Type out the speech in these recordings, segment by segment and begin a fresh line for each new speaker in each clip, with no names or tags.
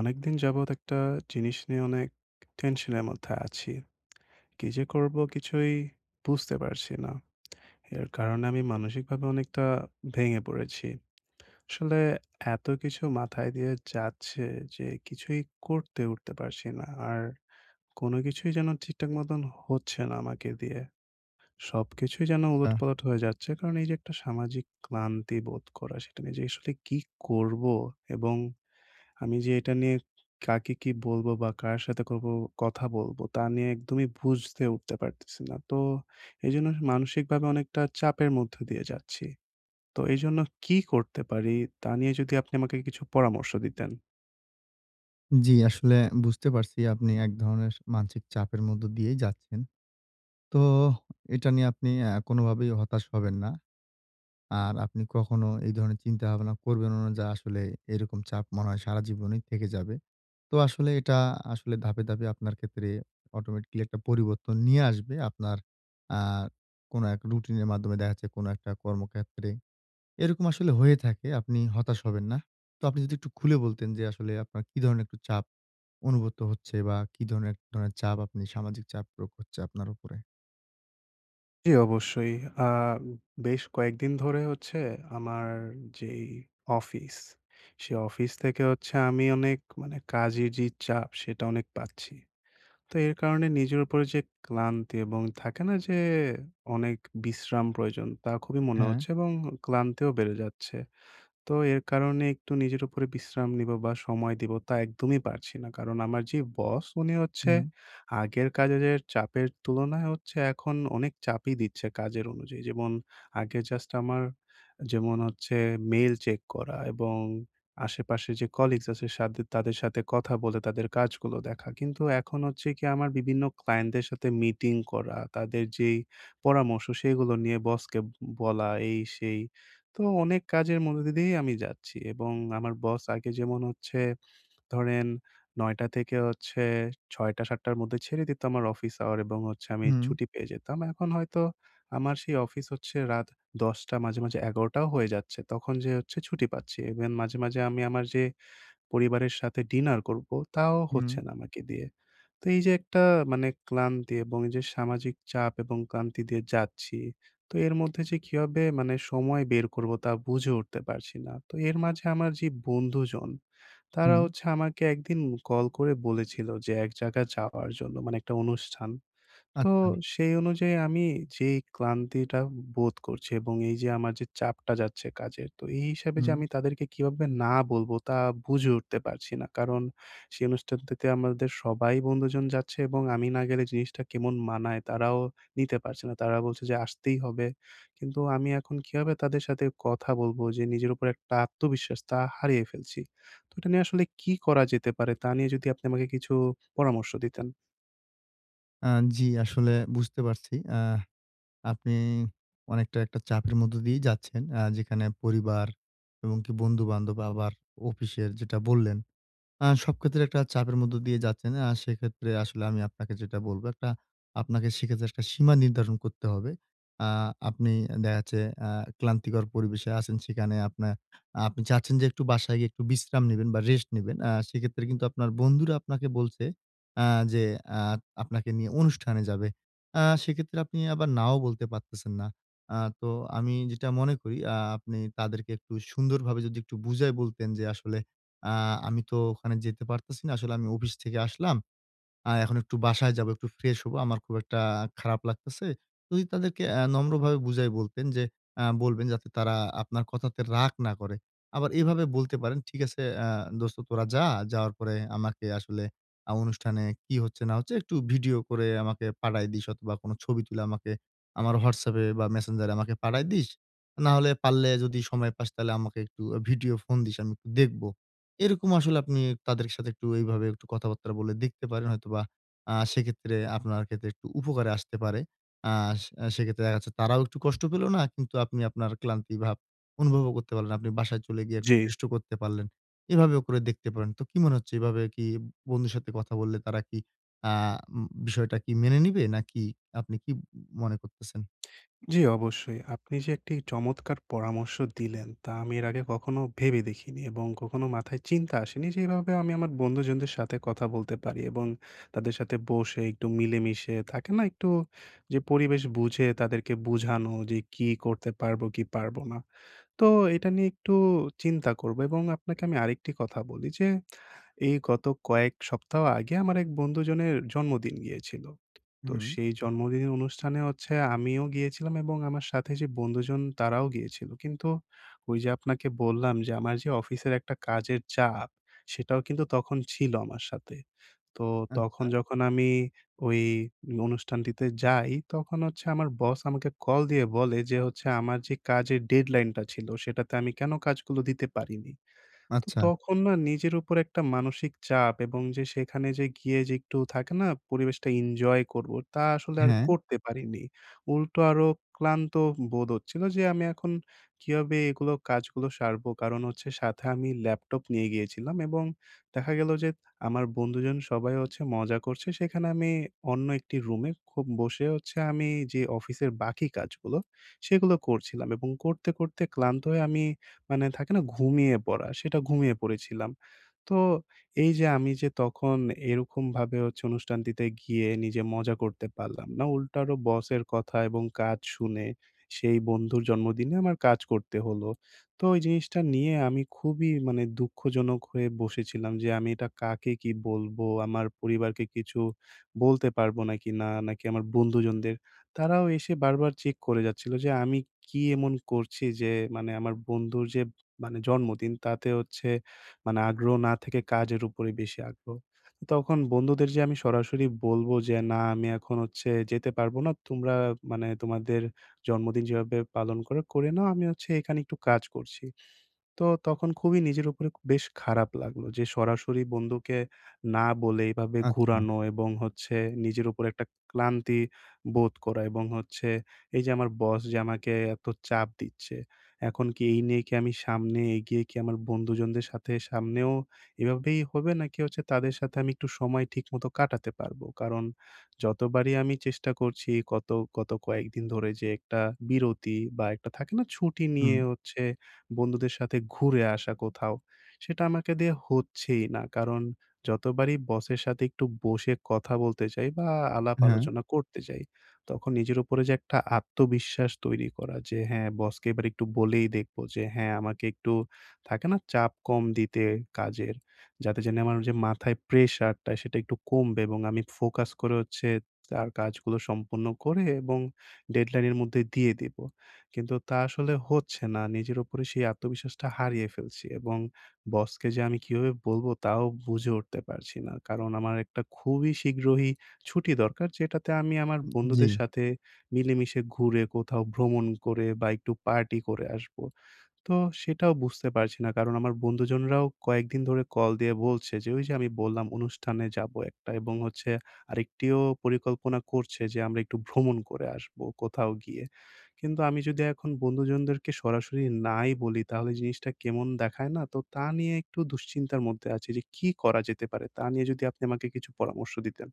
অনেকদিন যাবৎ একটা জিনিস নিয়ে অনেক টেনশনের মধ্যে আছি। কি যে করব কিছুই বুঝতে পারছি না। এর কারণে আমি মানসিকভাবে অনেকটা ভেঙে পড়েছি। আসলে এত কিছু মাথায় দিয়ে যাচ্ছে যে কিছুই করতে উঠতে পারছি না। আর কোন কিছুই যেন ঠিকঠাক মতন হচ্ছে না আমাকে দিয়ে। সবকিছুই যেন
আহ
উলটপালট হয়ে যাচ্ছে। কারণ এই যে একটা সামাজিক ক্লান্তি বোধ করা সেটা নিয়ে যে আসলে কি করব, এবং আমি যে এটা নিয়ে কাকে কি বলবো বা কার সাথে করব কথা বলবো তা নিয়ে একদমই বুঝতে উঠতে পারতেছি না। তো এজন্য মানসিকভাবে অনেকটা চাপের মধ্য দিয়ে যাচ্ছি। তো এজন্য কি করতে পারি তা নিয়ে যদি আপনি আমাকে কিছু পরামর্শ দিতেন।
জি, আসলে বুঝতে পারছি আপনি এক ধরনের মানসিক চাপের মধ্য দিয়েই যাচ্ছেন। তো এটা নিয়ে আপনি কোনোভাবেই হতাশ হবেন না। আর আপনি কখনো এই ধরনের চিন্তাভাবনা করবেনও না যে আসলে এরকম চাপ মনে হয় সারা জীবনই থেকে যাবে। তো আসলে এটা আসলে ধাপে, ধাপে আপনার ক্ষেত্রে অটোমেটিক্যালি একটা পরিবর্তন নিয়ে আসবে। আপনার আ কোনো এক রুটিনের মাধ্যমে দেখা যাচ্ছে কোনো একটা কর্মক্ষেত্রে এরকম আসলে হয়ে থাকে। আপনি হতাশ হবেন না। তো আপনি যদি একটু খুলে বলতেন যে আসলে আপনার কি ধরনের একটু চাপ অনুভূত হচ্ছে, বা কি ধরনের এক ধরনের চাপ আপনি সামাজিক চাপ প্রয়োগ হচ্ছে আপনার উপরে?
জি, অবশ্যই। আ বেশ কয়েকদিন ধরে হচ্ছে আমার যেই অফিস, সে অফিস থেকে হচ্ছে আমি অনেক মানে কাজের যে চাপ সেটা অনেক পাচ্ছি। তো এর কারণে নিজের উপরে যে ক্লান্তি, এবং থাকে না যে অনেক বিশ্রাম প্রয়োজন তা খুবই মনে
হ্যাঁ,
হচ্ছে, এবং ক্লান্তিও বেড়ে যাচ্ছে। তো এর কারণে একটু নিজের উপরে বিশ্রাম নিব বা সময় দিব তা একদমই পারছি না। কারণ আমার যে বস উনি হচ্ছে
হুম,
আগের কাজের চাপের তুলনায় হচ্ছে এখন অনেক চাপই দিচ্ছে কাজের অনুযায়ী। যেমন আগে জাস্ট আমার যেমন হচ্ছে মেইল চেক করা, এবং আশেপাশে যে কলিগস আছে সাথে তাদের সাথে কথা বলে তাদের কাজগুলো দেখা। কিন্তু এখন হচ্ছে কি আমার বিভিন্ন ক্লায়েন্টদের সাথে মিটিং করা, তাদের যেই পরামর্শ সেগুলো নিয়ে বসকে বলা এই সেই। তো অনেক কাজের মধ্যে দিয়েই আমি যাচ্ছি, এবং আমার বস আগে যেমন হচ্ছে ধরেন ৯ঃ০০ থেকে হচ্ছে ৬ঃ০০-৭ঃ০০ র মধ্যে ছেড়ে দিত আমার অফিস আওয়ার, এবং হচ্ছে আমি
হুম,
ছুটি পেয়ে যেতাম। এখন হয়তো আমার সেই অফিস হচ্ছে রাত ১০ঃ০০, মাঝে, মাঝে ১১ঃ০০ ও হয়ে যাচ্ছে। তখন যেয়ে হচ্ছে ছুটি পাচ্ছি। ইভেন মাঝে, মাঝে আমি আমার যে পরিবারের সাথে ডিনার করব তাও
হুম,
হচ্ছে না আমাকে দিয়ে। তো এই যে একটা মানে ক্লান্তি, এবং এই যে সামাজিক চাপ এবং ক্লান্তি দিয়ে যাচ্ছি। তো এর মধ্যে যে কিভাবে মানে সময় বের করব তা বুঝে উঠতে পারছি না। তো এর মাঝে আমার যে বন্ধুজন, তারা
হুম।
হচ্ছে আমাকে একদিন কল করে বলেছিল যে এক জায়গায় যাওয়ার জন্য, মানে একটা অনুষ্ঠান। তো
আচ্ছা,
সেই অনুযায়ী আমি যেই ক্লান্তিটা বোধ করছি, এবং এই যে আমার যে চাপটা যাচ্ছে কাজের, তো এই হিসাবে যে
হুম।
আমি তাদেরকে কিভাবে না বলবো তা বুঝে উঠতে পারছি না। কারণ সেই অনুষ্ঠানটিতে আমাদের সবাই বন্ধুজন যাচ্ছে, এবং আমি না গেলে জিনিসটা কেমন মানায় তারাও নিতে পারছে না। তারা বলছে যে আসতেই হবে। কিন্তু আমি এখন কিভাবে তাদের সাথে কথা বলবো, যে নিজের উপর একটা আত্মবিশ্বাস তা হারিয়ে ফেলছি। তো এটা নিয়ে আসলে কি করা যেতে পারে তা নিয়ে যদি আপনি আমাকে কিছু পরামর্শ দিতেন।
আ জি, আসলে বুঝতে পারছি। আপনি অনেকটা একটা চাপের মধ্য দিয়েই যাচ্ছেন। যেখানে পরিবার এবং কি বন্ধু-বান্ধব, আবার অফিসের যেটা বললেন, সব ক্ষেত্রে একটা চাপের মধ্য দিয়ে যাচ্ছেন। সেক্ষেত্রে আসলে আমি আপনাকে যেটা বলব, একটা আপনাকে সেক্ষেত্রে একটা সীমা নির্ধারণ করতে হবে। আ আপনি দেখা যাচ্ছে আ ক্লান্তিকর পরিবেশে আছেন, সেখানে আপনার আপনি চাচ্ছেন যে একটু বাসায় গিয়ে একটু বিশ্রাম নিবেন বা রেস্ট নিবেন। সেক্ষেত্রে কিন্তু আপনার বন্ধুরা আপনাকে বলছে আ যে আ আপনাকে নিয়ে অনুষ্ঠানে যাবে। সেক্ষেত্রে আপনি আবার নাও বলতে পারতেছেন না। তো আমি যেটা মনে করি, আপনি তাদেরকে একটু সুন্দরভাবে যদি একটু বুঝায় বলতেন যে, আসলে আ আমি তো ওখানে যেতে পারতেছি না। আসলে আমি অফিস থেকে আসলাম। এখন একটু বাসায় যাবো, একটু ফ্রেশ হবো। আমার খুব একটা খারাপ লাগতেছে। যদি তাদেরকে নম্রভাবে বুঝায় বলতেন, যে বলবেন যাতে তারা আপনার কথাতে রাগ না করে। আবার এভাবে বলতে পারেন, "ঠিক আছে, দোস্ত তোরা যা। যাওয়ার পরে আমাকে আসলে অনুষ্ঠানে কি হচ্ছে না হচ্ছে একটু ভিডিও করে আমাকে পাঠায় দিস, অথবা কোনো ছবি তুলে আমাকে, আমার WhatsApp এ বা Messenger এ আমাকে পাঠায় দিস। না হলে পারলে যদি সময় পাস তাহলে আমাকে একটু ভিডিও ফোন দিস। আমি একটু দেখব।" এরকম আসলে আপনি তাদের সাথে একটু এইভাবে একটু কথাবার্তা বলে দেখতে পারেন। হয়তোবা সেক্ষেত্রে আপনার ক্ষেত্রে একটু উপকারে আসতে পারে। আ সেক্ষেত্রে দেখা যাচ্ছে তারাও একটু কষ্ট পেল না, কিন্তু আপনি আপনার ক্লান্তি ভাব অনুভবও করতে পারলেন। আপনি বাসায় চলে গিয়ে একটু
জি।
রেস্ট ও করতে পারলেন। এভাবেও করে দেখতে পারেন। তো কি মনে হচ্ছে, এভাবে কি বন্ধুর সাথে কথা বললে তারা কি আ বিষয়টা কি মেনে নিবে? নাকি আপনি কি মনে করতেছেন?
জি, অবশ্যই। আপনি যে একটি চমৎকার পরামর্শ দিলেন, তা আমি এর আগে কখনো ভেবে দেখিনি, এবং কখনো মাথায় চিন্তা আসেনি যে এভাবে আমি আমার বন্ধুজনদের সাথে কথা বলতে পারি, এবং তাদের সাথে বসে একটু মিলেমিশে থাকে না? একটু যে পরিবেশ বুঝে তাদেরকে বুঝানো যে কি করতে পারবো, কি পারবো না। তো এটা নিয়ে একটু চিন্তা করব, এবং আপনাকে আমি আরেকটি কথা বলি যে, এই গত কয়েক সপ্তাহ আগে আমার এক বন্ধুজনের জন্মদিন গিয়েছিল। তো
হুম।
সেই জন্মদিনের অনুষ্ঠানে হচ্ছে আমিও গিয়েছিলাম, এবং আমার সাথে যে বন্ধুজন তারাও গিয়েছিল। কিন্তু ওই যে আপনাকে বললাম যে, আমার যে অফিসের একটা কাজের চাপ, সেটাও কিন্তু তখন ছিল আমার সাথে। তো তখন
আচ্ছা।
যখন আমি ওই অনুষ্ঠানটিতে যাই, তখন হচ্ছে আমার বস আমাকে কল দিয়ে বলে যে হচ্ছে আমার যে কাজের ডেডলাইনটা ছিল, সেটাতে আমি কেন কাজগুলো দিতে পারিনি? তো
আচ্ছা,
তখন না নিজের উপর একটা মানসিক চাপ, এবং যে সেখানে যে গিয়ে যে একটু থাকে না পরিবেশটা এনজয় করব তা আসলে আর
হ্যাঁ,
করতে পারিনি। উল্টো আরো ক্লান্ত বোধ হচ্ছিল যে আমি এখন কিভাবে এগুলো কাজগুলো সারবো? কারণ হচ্ছে সাথে আমি ল্যাপটপ নিয়ে গিয়েছিলাম, এবং দেখা গেল যে আমার বন্ধুজন সবাই হচ্ছে মজা করছে। সেখানে আমি অন্য একটি রুমে খুব বসে হচ্ছে আমি যে অফিসের বাকি কাজগুলো সেগুলো করছিলাম, এবং করতে, করতে ক্লান্ত হয়ে আমি মানে থাকে না ঘুমিয়ে পড়া, সেটা ঘুমিয়ে পড়েছিলাম। তো এই যে আমি যে তখন এরকমভাবে হচ্ছে অনুষ্ঠানটিতে গিয়ে নিজে মজা করতে পারলাম না। উল্টো আরো বসের কথা এবং কাজ শুনে সেই বন্ধুর জন্মদিনে আমার কাজ করতে হলো। তো ওই জিনিসটা নিয়ে আমি খুবই মানে দুঃখজনক হয়ে বসেছিলাম যে আমি এটা কাকে কি বলবো? আমার পরিবারকে কিছু বলতে পারবো নাকি না? নাকি আমার বন্ধুজনদের তারাও এসে বারবার চেক করে যাচ্ছিল যে আমি কি এমন করছি যে, মানে আমার বন্ধুর যে মানে জন্মদিন, তাতে হচ্ছে মানে আগ্রহ না থেকে কাজের উপরে বেশি আগ্রহ। তখন বন্ধুদের যে আমি সরাসরি বলব যে, "না আমি এখন হচ্ছে যেতে পারবো না। তোমরা মানে তোমাদের জন্মদিন যেভাবে পালন করো, করে নাও। আমি হচ্ছে এখানে একটু কাজ করছি।" তো তখন খুবই নিজের উপরে বেশ খারাপ লাগলো যে সরাসরি বন্ধুকে না বলে এভাবে
আচ্ছা,
ঘুরানো, এবং হচ্ছে নিজের উপর একটা ক্লান্তি বোধ করা, এবং হচ্ছে এই যে আমার বস যে আমাকে এত চাপ দিচ্ছে, এখন কি এই নিয়ে কি আমি সামনে এগিয়ে কি আমার বন্ধুজনদের সাথে সামনেও এভাবেই হবে, নাকি হচ্ছে তাদের সাথে আমি একটু সময় ঠিক মতো কাটাতে পারবো, কারণ যতবারই আমি চেষ্টা করছি গত কয়েকদিন ধরে যে একটা বিরতি বা একটা থাকে না ছুটি
হুম,
নিয়ে হচ্ছে বন্ধুদের সাথে ঘুরে আসা কোথাও। সেটা আমাকে দিয়ে হচ্ছেই না। কারণ যতবারই বসের সাথে একটু বসে কথা বলতে যাই বা আলাপ
হ্যাঁ,
আলোচনা করতে যাই, তখন নিজের উপরে যে একটা আত্মবিশ্বাস তৈরি করা যে হ্যাঁ, বসকে এবার একটু বলেই দেখব যে হ্যাঁ, আমাকে একটু থাকে না চাপ কম দিতে কাজের। যাতে জেনে আমার যে মাথায় প্রেশারটা সেটা একটু কমবে, এবং আমি ফোকাস করে হচ্ছে তার কাজগুলো সম্পূর্ণ করে এবং ডেডলাইনের মধ্যে দিয়ে দিব। কিন্তু তা আসলে হচ্ছে না। নিজের উপরে সেই আত্মবিশ্বাসটা হারিয়ে ফেলছি, এবং বসকে যে আমি কিভাবে বলবো তাও বুঝে উঠতে পারছি না। কারণ আমার একটা খুবই শীঘ্রই ছুটি দরকার, যেটাতে আমি আমার
জি।
বন্ধুদের সাথে মিলেমিশে ঘুরে, কোথাও ভ্রমণ করে বা একটু পার্টি করে আসবো। তো সেটাও বুঝতে পারছি না। কারণ আমার বন্ধুজনরাও কয়েকদিন ধরে কল দিয়ে বলছে যে, ওই যে আমি বললাম অনুষ্ঠানে যাবো একটা, এবং হচ্ছে আরেকটিও পরিকল্পনা করছে যে আমরা একটু ভ্রমণ করে আসবো কোথাও গিয়ে। কিন্তু আমি যদি এখন বন্ধুজনদেরকে সরাসরি নাই বলি তাহলে জিনিসটা কেমন দেখায় না? তো তা নিয়ে একটু দুশ্চিন্তার মধ্যে আছি যে কি করা যেতে পারে? তা নিয়ে যদি আপনি আমাকে কিছু পরামর্শ দিতেন।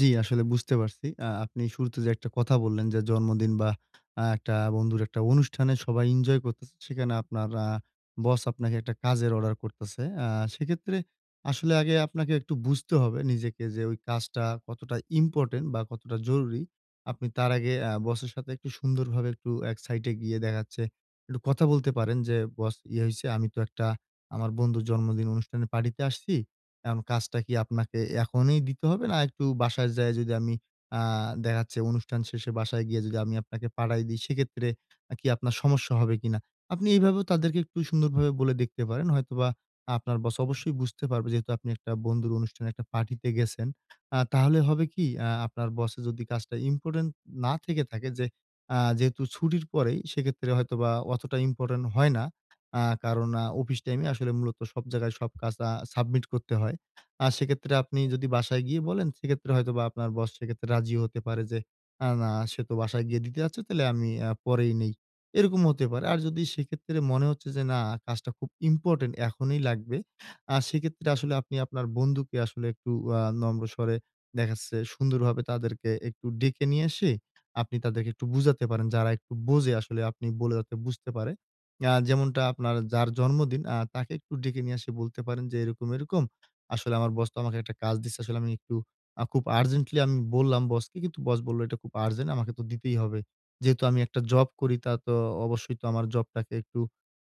জি, আসলে বুঝতে পারছি। আপনি শুরুতে যে একটা কথা বললেন, যে জন্মদিন বা একটা বন্ধুর একটা অনুষ্ঠানে সবাই এনজয় করতেছে। সেখানে আপনার বস আপনাকে একটা কাজের অর্ডার করতেছে। সেক্ষেত্রে আসলে আগে আপনাকে একটু বুঝতে হবে নিজেকে, যে ওই কাজটা কতটা ইম্পোর্টেন্ট বা কতটা জরুরি। আপনি তার আগে বসের সাথে একটু সুন্দরভাবে, একটু এক সাইড এ গিয়ে দেখা যাচ্ছে একটু কথা বলতে পারেন যে, "বস, ইয়ে হইছে, আমি তো একটা আমার বন্ধুর জন্মদিন অনুষ্ঠানে পার্টিতে আসছি। এখন কাজটা কি আপনাকে এখনই দিতে হবে, না একটু বাসায় যায়ে যদি আমি আ দেখা যাচ্ছে অনুষ্ঠান শেষে বাসায় গিয়ে যদি আমি আপনাকে পাঠায় দিই সেক্ষেত্রে কি আপনার সমস্যা হবে কিনা?" আপনি এইভাবেও তাদেরকে একটু সুন্দরভাবে বলে দেখতে পারেন। হয়তোবা আপনার বস অবশ্যই বুঝতে পারবে, যেহেতু আপনি একটা বন্ধুর অনুষ্ঠানে একটা পার্টিতে গেছেন। তাহলে হবে কি, আপনার বসের যদি কাজটা ইম্পোর্টেন্ট না থেকে থাকে, যে যেহেতু ছুটির পরেই, সেক্ষেত্রে হয়তোবা অতটা ইম্পোর্টেন্ট হয় না। কারণ অফিস টাইমে আসলে মূলত সব জায়গায় সব কাজ সাবমিট করতে হয়। সেক্ষেত্রে আপনি যদি বাসায় গিয়ে বলেন, সেক্ষেত্রে হয়তোবা আপনার বস সেক্ষেত্রে রাজিও হতে পারে যে, না সে তো বাসায় গিয়ে দিতে যাচ্ছে, তাহলে আমি পরেই নেই। এরকম হতে পারে। আর যদি সেক্ষেত্রে মনে হচ্ছে যে না, কাজটা খুব ইম্পোর্টেন্ট এখনই লাগবে, সেক্ষেত্রে আসলে আপনি আপনার বন্ধুকে আসলে একটু নম্র স্বরে, দেখা যাচ্ছে সুন্দরভাবে তাদেরকে একটু ডেকে নিয়ে এসে আপনি তাদেরকে একটু বুঝাতে পারেন। যারা একটু বোঝে, আসলে আপনি বলে যাতে বুঝতে পারে। যেমনটা আপনার যার জন্মদিন, তাকে একটু ডেকে নিয়ে এসে বলতে পারেন যে, "এরকম, এরকম আসলে আমার বস তো আমাকে একটা কাজ দিচ্ছে। আসলে আমি একটু খুব আর্জেন্টলি আমি বললাম বসকে, কিন্তু বস বলল এটা খুব আর্জেন্ট, আমাকে তো দিতেই হবে। যেহেতু আমি একটা জব করি, তা তো অবশ্যই তো আমার জবটাকে একটু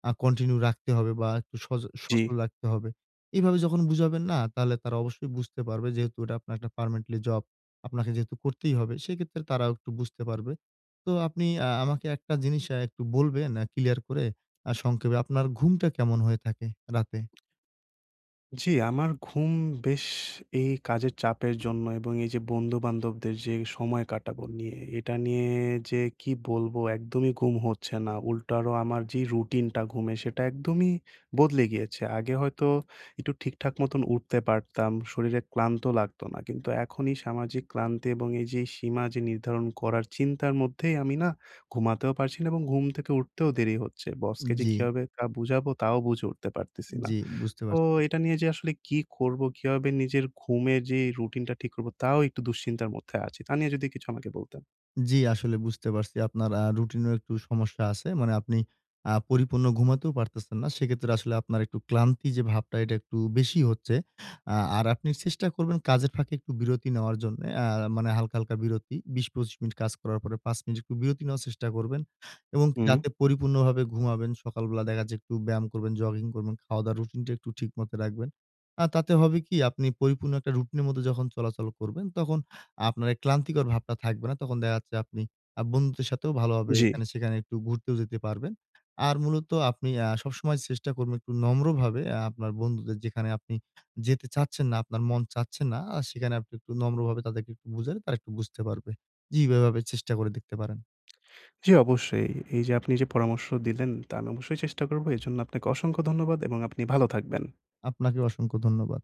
কন্টিনিউ রাখতে হবে বা একটু
জি।
সচল রাখতে হবে।" এভাবে যখন বুঝাবেন, না, তাহলে তারা অবশ্যই বুঝতে পারবে যেহেতু এটা আপনার একটা পার্মানেন্টলি জব। আপনাকে যেহেতু করতেই হবে, সেক্ষেত্রে তারাও একটু বুঝতে পারবে। তো আপনি আমাকে একটা জিনিস একটু বলবেন, ক্লিয়ার করে, সংক্ষেপে আপনার ঘুমটা কেমন হয়ে থাকে রাতে?
জি, আমার ঘুম বেশ এই কাজের চাপের জন্য, এবং এই যে বন্ধু-বান্ধবদের যে সময় কাটাবো নিয়ে, এটা নিয়ে যে কি বলবো একদমই ঘুম হচ্ছে না। উল্টো আরো আমার যে রুটিনটা ঘুমের সেটা একদমই বদলে গিয়েছে। আগে হয়তো একটু ঠিকঠাক মতন উঠতে পারতাম, শরীরে ক্লান্ত লাগতো না। কিন্তু এখন এই সামাজিক ক্লান্তি, এবং এই যে সীমা যে নির্ধারণ করার চিন্তার মধ্যেই আমি না ঘুমাতেও পারছি না, এবং ঘুম থেকে উঠতেও দেরি হচ্ছে। বসকে যে
জি,
কিভাবে তা বুঝাবো তাও বুঝে উঠতে পারতেছি না।
জি বুঝতে
তো
পারছি।
এটা নিয়ে যে আসলে কি করব? কিভাবে নিজের ঘুমের যে রুটিনটা ঠিক করব? তাও একটু দুশ্চিন্তার মধ্যে আছি। তা নিয়ে যদি কিছু আমাকে বলতেন।
জি, আসলে বুঝতে পারছি আপনার রুটিনেও একটু সমস্যা আছে। মানে আপনি পরিপূর্ণ ঘুমাতেও পারতেছেন না। সেক্ষেত্রে আসলে আপনার একটু ক্লান্তি যে ভাবটা, এটা একটু বেশি হচ্ছে। আর আপনি চেষ্টা করবেন কাজের ফাঁকে একটু বিরতি নেওয়ার জন্যে। মানে হালকা, হালকা বিরতি, ২০-২৫ মিনিট কাজ করার পরে ৫ মিনিট একটু বিরতি নেওয়ার চেষ্টা করবেন, এবং কি
হুম।
রাতে পরিপূর্ণভাবে ঘুমাবেন। সকালবেলা দেখা যাচ্ছে একটু ব্যায়াম করবেন, জগিং করবেন, খাওয়া-দাওয়ার রুটিনটা একটু ঠিক মতো রাখবেন। তাতে হবে কি, আপনি পরিপূর্ণ একটা রুটিনের মধ্যে যখন চলাচল করবেন, তখন আপনার এই ক্লান্তিকর ভাবটা থাকবে না। তখন দেখা যাচ্ছে আপনি বন্ধুদের সাথেও ভালোভাবে
জি,
এখানে-সেখানে একটু ঘুরতেও যেতে পারবেন। আর মূলত আপনি সবসময় চেষ্টা করবেন একটু নম্রভাবে, আপনার বন্ধুদের যেখানে আপনি যেতে চাচ্ছেন না, আপনার মন চাচ্ছে না, সেখানে আপনি একটু নম্রভাবে তাদেরকে একটু বুঝালে তারা একটু বুঝতে পারবে। জি, এভাবে চেষ্টা করে দেখতে পারেন।
জি অবশ্যই। এই যে আপনি যে পরামর্শ দিলেন তা আমি অবশ্যই চেষ্টা করব। এজন্য আপনাকে অসংখ্য ধন্যবাদ, এবং আপনি ভালো থাকবেন।
আপনাকে অসংখ্য ধন্যবাদ।